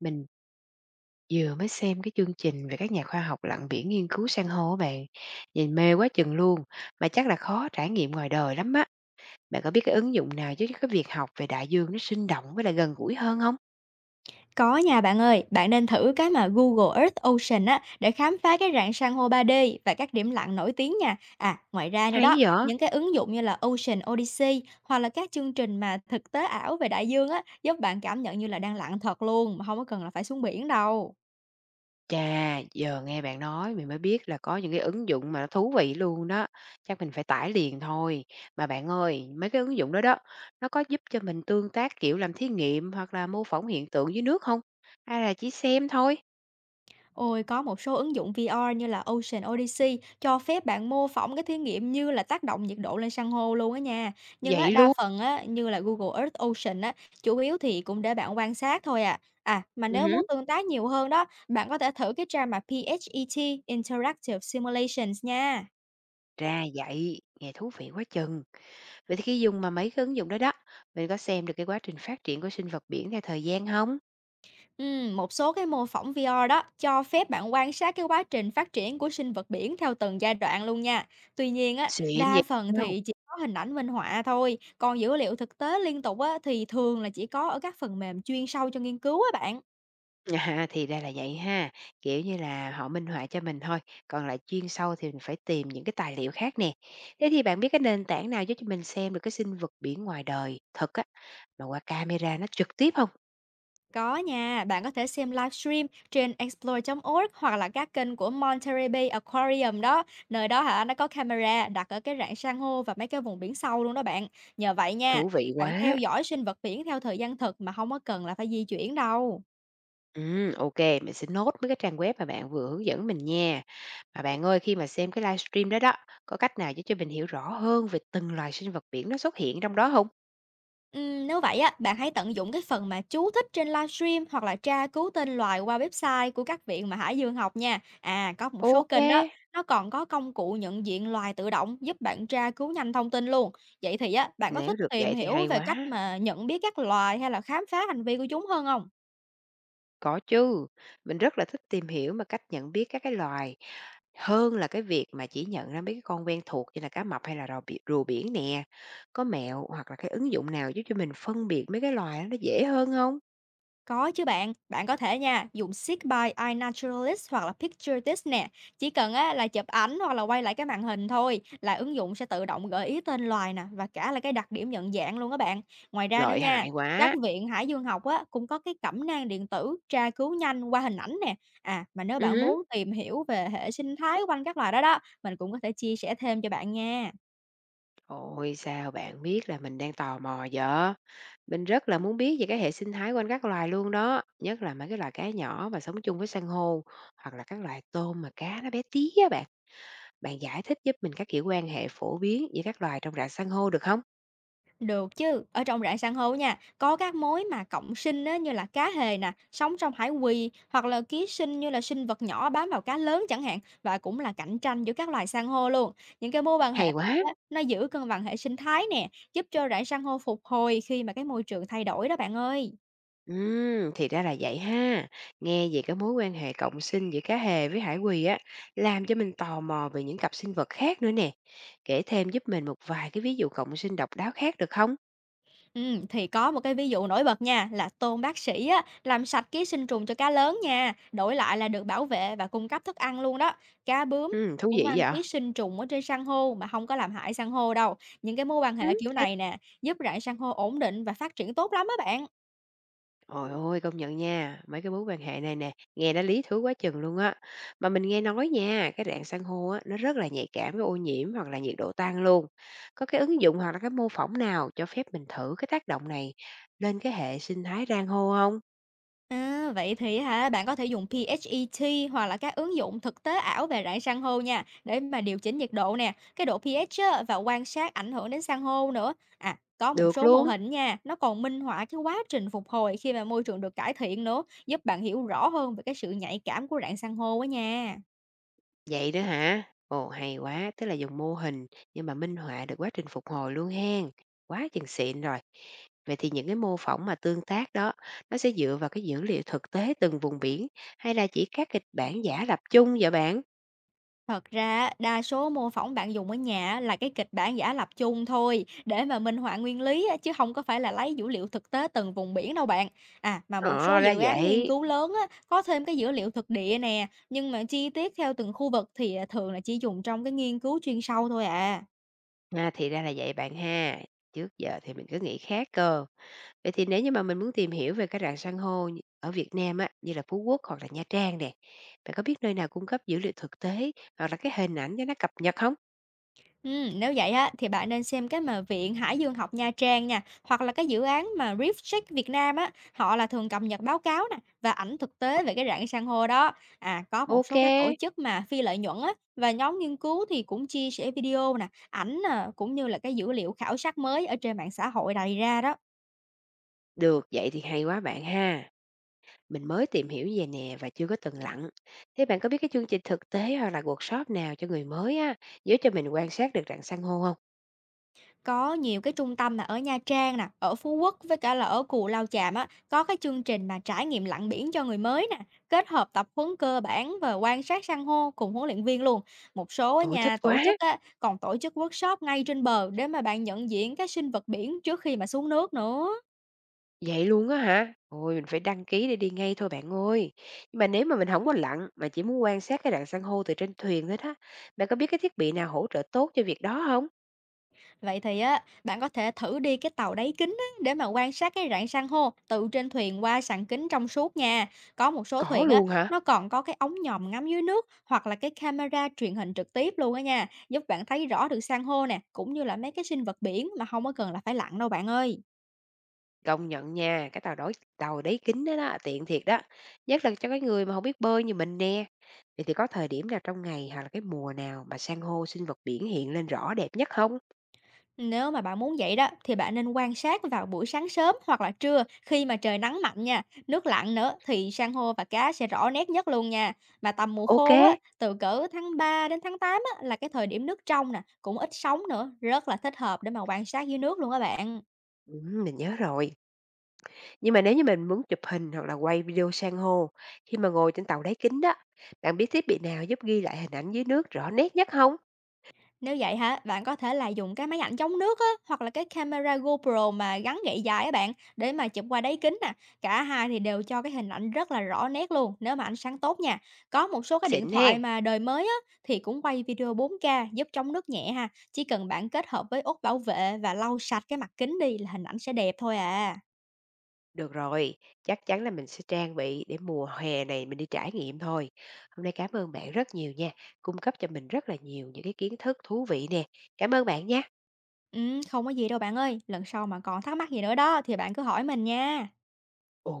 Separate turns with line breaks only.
Mình vừa mới xem cái chương trình về các nhà khoa học lặn biển nghiên cứu san hô á bạn. Nhìn mê quá chừng luôn, mà chắc là khó trải nghiệm ngoài đời lắm á. Bạn có biết cái ứng dụng nào giúp cho cái việc học về đại dương nó sinh động với lại gần gũi hơn không?
Có nha bạn ơi, bạn nên thử cái mà Google Earth Ocean á để khám phá cái rạn san hô ba d và các điểm lặn nổi tiếng nha. À, ngoài ra nữa
Hay
đó,
vậy?
những cái ứng dụng như là Ocean Odyssey hoặc là các chương trình mà thực tế ảo về đại dương á giúp bạn cảm nhận như là đang lặn thật luôn mà không có cần là phải xuống biển đâu.
Chà, giờ nghe bạn nói mình mới biết là có những cái ứng dụng mà nó thú vị luôn đó. Chắc mình phải tải liền thôi. Mà bạn ơi, mấy cái ứng dụng đó đó, nó có giúp cho mình tương tác kiểu làm thí nghiệm hoặc là mô phỏng hiện tượng dưới nước không? Hay là chỉ xem thôi?
Ôi, có một số ứng dụng VR như là Ocean Odyssey cho phép bạn mô phỏng cái thí nghiệm như là tác động nhiệt độ lên san hô luôn á nha. Nhưng á,
Vậy
đa
luôn.
phần á, như là Google Earth Ocean á, chủ yếu thì cũng để bạn quan sát thôi à. À, mà nếu muốn
Ừ.
tương tác nhiều hơn đó, bạn có thể thử cái trang mà PHET Interactive Simulations nha.
Ra vậy, nghe thú vị quá chừng. Vậy thì khi dùng mà mấy cái ứng dụng đó đó, mình có xem được cái quá trình phát triển của sinh vật biển theo thời gian không?
Một số cái mô phỏng VR đó cho phép bạn quan sát cái quá trình phát triển của sinh vật biển theo từng giai đoạn luôn nha. Tuy nhiên á,
Xịn
đa
vậy
phần
đâu.
thì chỉ có hình ảnh minh họa thôi, còn dữ liệu thực tế liên tục á thì thường là chỉ có ở các phần mềm chuyên sâu cho nghiên cứu á bạn.
À, thì ra là vậy ha, kiểu như là, họ minh họa cho mình thôi, còn lại chuyên sâu thì mình phải tìm những cái tài liệu khác nè. Thế thì bạn biết cái nền tảng nào giúp cho mình xem được cái sinh vật biển ngoài đời thật á, mà qua camera nó trực tiếp không?
Có nha, bạn có thể xem livestream trên explore.org hoặc là các kênh của Monterey Bay Aquarium đó. Nơi đó hả, nó có camera đặt ở cái rạn san hô và mấy cái vùng biển sâu luôn đó bạn. Nhờ vậy nha,
Thú vị
bạn theo
quá.
dõi sinh vật biển theo thời gian thực mà không có cần là phải di chuyển đâu.
Ok, mình sẽ nốt mấy cái trang web mà bạn vừa hướng dẫn mình nha. Mà bạn ơi, khi mà xem cái livestream đó đó, có cách nào giúp cho mình hiểu rõ hơn về từng loài sinh vật biển nó xuất hiện trong đó không?
Nếu vậy á, bạn hãy tận dụng cái phần mà chú thích trên livestream hoặc là tra cứu tên loài qua website của các viện mà Hải Dương học nha. À, có một số
Ok.
kênh đó, nó còn có công cụ nhận diện loài tự động giúp bạn tra cứu nhanh thông tin luôn. Vậy thì á, bạn có
Nếu
thích
được
tìm
vậy thì
hiểu
hay
về cách
quá.
mà nhận biết các loài hay là khám phá hành vi của chúng hơn không?
Có chứ, mình rất là thích tìm hiểu mà cách nhận biết các cái loài, hơn là cái việc mà chỉ nhận ra mấy cái con quen thuộc như là cá mập hay là rò biển rùa biển nè. Có mẹo hoặc là cái ứng dụng nào giúp cho mình phân biệt mấy cái loài đó nó dễ hơn không?
Có chứ bạn, bạn có thể nha, dùng Seek by iNaturalist hoặc là Picture This nè. Chỉ cần á, là chụp ảnh hoặc là quay lại cái màn hình thôi là ứng dụng sẽ tự động gợi ý tên loài nè, và cả là cái đặc điểm nhận dạng luôn các bạn. Ngoài ra nữa
Lợi
nha,
hại
các
quá.
viện Hải dương học á, cũng có cái cẩm nang điện tử tra cứu nhanh qua hình ảnh nè. À, mà nếu bạn
Ừm.
muốn tìm hiểu về hệ sinh thái quanh các loài đó đó, mình cũng có thể chia sẻ thêm cho bạn nha.
Ôi, sao bạn biết là mình đang tò mò vậy? Mình rất là muốn biết về cái hệ sinh thái quanh các loài luôn đó, nhất là mấy cái loài cá nhỏ mà sống chung với san hô, hoặc là các loài tôm mà cá nó bé tí á bạn. Bạn giải thích giúp mình các kiểu quan hệ phổ biến giữa các loài trong rạn san hô được không?
Được chứ, ở trong rạn san hô nha, có các mối mà cộng sinh á, như là cá hề nè, sống trong hải quỳ, hoặc là ký sinh như là sinh vật nhỏ bám vào cá lớn chẳng hạn, và cũng là cạnh tranh giữa các loài san hô luôn. Những cái mối quan hệ
Hay quá!
á, nó giữ cân bằng hệ sinh thái nè, giúp cho rạn san hô phục hồi khi mà cái môi trường thay đổi đó bạn ơi.
Thì ra là vậy ha. Nghe về cái mối quan hệ cộng sinh giữa cá hề với hải quỳ á, làm cho mình tò mò về những cặp sinh vật khác nữa nè. Kể thêm giúp mình một vài cái ví dụ cộng sinh độc đáo khác được không?
Thì có một cái ví dụ nổi bật nha, là tôm bác sĩ á, làm sạch ký sinh trùng cho cá lớn nha, đổi lại là được bảo vệ và cung cấp thức ăn luôn đó. Cá bướm
Thú
cũng
vị
ăn
vậy.
ký sinh trùng ở trên san hô mà không có làm hại san hô đâu. Những cái mối quan hệ kiểu
Hay.
này nè, giúp rạn san hô ổn định và phát triển tốt lắm á bạn.
Ôi ơi, công nhận nha, mấy cái mối quan hệ này nè, nghe nó lý thú quá chừng luôn á. Mà mình nghe nói nha, cái rạn san hô á, nó rất là nhạy cảm với ô nhiễm hoặc là nhiệt độ tăng luôn. Có cái ứng dụng hoặc là cái mô phỏng nào cho phép mình thử cái tác động này lên cái hệ sinh thái san hô không?
À, vậy thì hả, bạn có thể dùng PHET hoặc là các ứng dụng thực tế ảo về rạn san hô nha, để mà điều chỉnh nhiệt độ nè, cái độ pH á, và quan sát ảnh hưởng đến san hô nữa. À, có một
Được
số mô
luôn.
hình nha, nó còn minh họa cái quá trình phục hồi khi mà môi trường được cải thiện nữa, giúp bạn hiểu rõ hơn về cái sự nhạy cảm của rạn san hô á nha.
Vậy nữa hả? Ồ hay quá, tức là dùng mô hình nhưng mà minh họa được quá trình phục hồi luôn hen. Quá chừng xịn rồi. Vậy thì những cái mô phỏng mà tương tác đó, nó sẽ dựa vào cái dữ liệu thực tế từng vùng biển hay là chỉ các kịch bản giả lập chung vậy bạn?
Thật ra á, đa số mô phỏng bạn dùng ở nhà á là cái kịch bản giả lập chung thôi để mà minh họa nguyên lý á, chứ không có phải là lấy dữ liệu thực tế từng vùng biển đâu bạn. À mà một số
Ờ ra
dự án nghiên
vậy.
cứu lớn á, có thêm cái dữ liệu thực địa nè, nhưng mà chi tiết theo từng khu vực thì à, thường là chỉ dùng trong cái nghiên cứu chuyên sâu thôi à.
À, thì ra là vậy bạn ha. Trước giờ thì mình cứ nghĩ khác cơ. Vậy thì nếu như mà mình muốn tìm hiểu về các rạn san hô ở Việt Nam á, như là Phú Quốc hoặc là Nha Trang nè, bạn có biết nơi nào cung cấp dữ liệu thực tế hoặc là cái hình ảnh cho nó cập nhật không?
Nếu vậy á thì bạn nên xem cái mà Viện Hải dương học Nha Trang nha, hoặc là cái dự án mà Reef Check Việt Nam á, họ là thường cập nhật báo cáo nè và ảnh thực tế về cái rạn san hô đó. À, có một
Ok.
số cái tổ chức mà phi lợi nhuận á và nhóm nghiên cứu thì cũng chia sẻ video nè, ảnh nè, cũng như là cái dữ liệu khảo sát mới ở trên mạng xã hội đầy ra đó.
Được, vậy thì hay quá bạn ha. Mình mới tìm hiểu về nè và chưa có từng lặn. Thế bạn có biết cái chương trình thực tế hoặc là workshop nào cho người mới á, giúp cho mình quan sát được rạn san hô không?
Có nhiều cái trung tâm là ở Nha Trang nè, ở Phú Quốc, với cả là ở Cù Lao Chàm á, có cái chương trình mà trải nghiệm lặn biển cho người mới nè, kết hợp tập huấn cơ bản và quan sát san hô cùng huấn luyện viên luôn. Một số á
Ôi thích
nha, tổ
quá.
chức á còn tổ chức workshop ngay trên bờ để mà bạn nhận diện các sinh vật biển trước khi mà xuống nước nữa.
Vậy luôn á hả? Ôi mình phải đăng ký để đi ngay thôi bạn ơi. Nhưng mà nếu mà mình không có lặn mà chỉ muốn quan sát cái rạn san hô từ trên thuyền thôi đó, bạn có biết cái thiết bị nào hỗ trợ tốt cho việc đó không?
Vậy thì á, bạn có thể thử đi cái tàu đáy kính á, để mà quan sát cái rạn san hô từ trên thuyền qua sàn kính trong suốt nha. Có một số
Có
thuyền á,
luôn hả?
nó còn có cái ống nhòm ngắm dưới nước hoặc là cái camera truyền hình trực tiếp luôn á nha, giúp bạn thấy rõ được san hô nè, cũng như là mấy cái sinh vật biển mà không có cần là phải lặn đâu bạn ơi.
Công nhận nha, cái tàu đáy kính đó đó, tiện thiệt đó, nhất là cho cái người mà không biết bơi như mình nè. Vậy thì có thời điểm nào trong ngày hoặc là cái mùa nào mà san hô, sinh vật biển hiện lên rõ đẹp nhất không?
Nếu mà bạn muốn vậy đó thì bạn nên quan sát vào buổi sáng sớm hoặc là trưa khi mà trời nắng mạnh nha, nước lặng nữa thì san hô và cá sẽ rõ nét nhất luôn nha. Mà tầm mùa
Ok
khô
kê,
á, từ cỡ tháng 3 đến tháng 8 á, là cái thời điểm nước trong nè, cũng ít sóng nữa, rất là thích hợp để mà quan sát dưới nước luôn á bạn.
mình nhớ rồi. Nhưng mà nếu như mình muốn chụp hình hoặc là quay video san hô khi mà ngồi trên tàu đáy kính đó, bạn biết thiết bị nào giúp ghi lại hình ảnh dưới nước rõ nét nhất không?
Nếu vậy hả, bạn có thể là dùng cái máy ảnh chống nước á, hoặc là cái camera GoPro mà gắn gậy dài á bạn để mà chụp qua đáy kính nè. Cả hai thì đều cho cái hình ảnh rất là rõ nét luôn nếu mà ánh sáng tốt nha. Có một số cái điện
Xịn hen.
thoại mà đời mới á thì cũng quay video 4K giúp chống nước nhẹ ha. Chỉ cần bạn kết hợp với ốt bảo vệ và lau sạch cái mặt kính đi là hình ảnh sẽ đẹp thôi à.
Được rồi, chắc chắn là mình sẽ trang bị để mùa hè này mình đi trải nghiệm thôi. Hôm nay cảm ơn bạn rất nhiều nha, cung cấp cho mình rất là nhiều những cái kiến thức thú vị nè. Cảm ơn bạn nha.
Ừ, không có gì đâu bạn ơi. Lần sau mà còn thắc mắc gì nữa đó thì bạn cứ hỏi mình nha.
Ồ,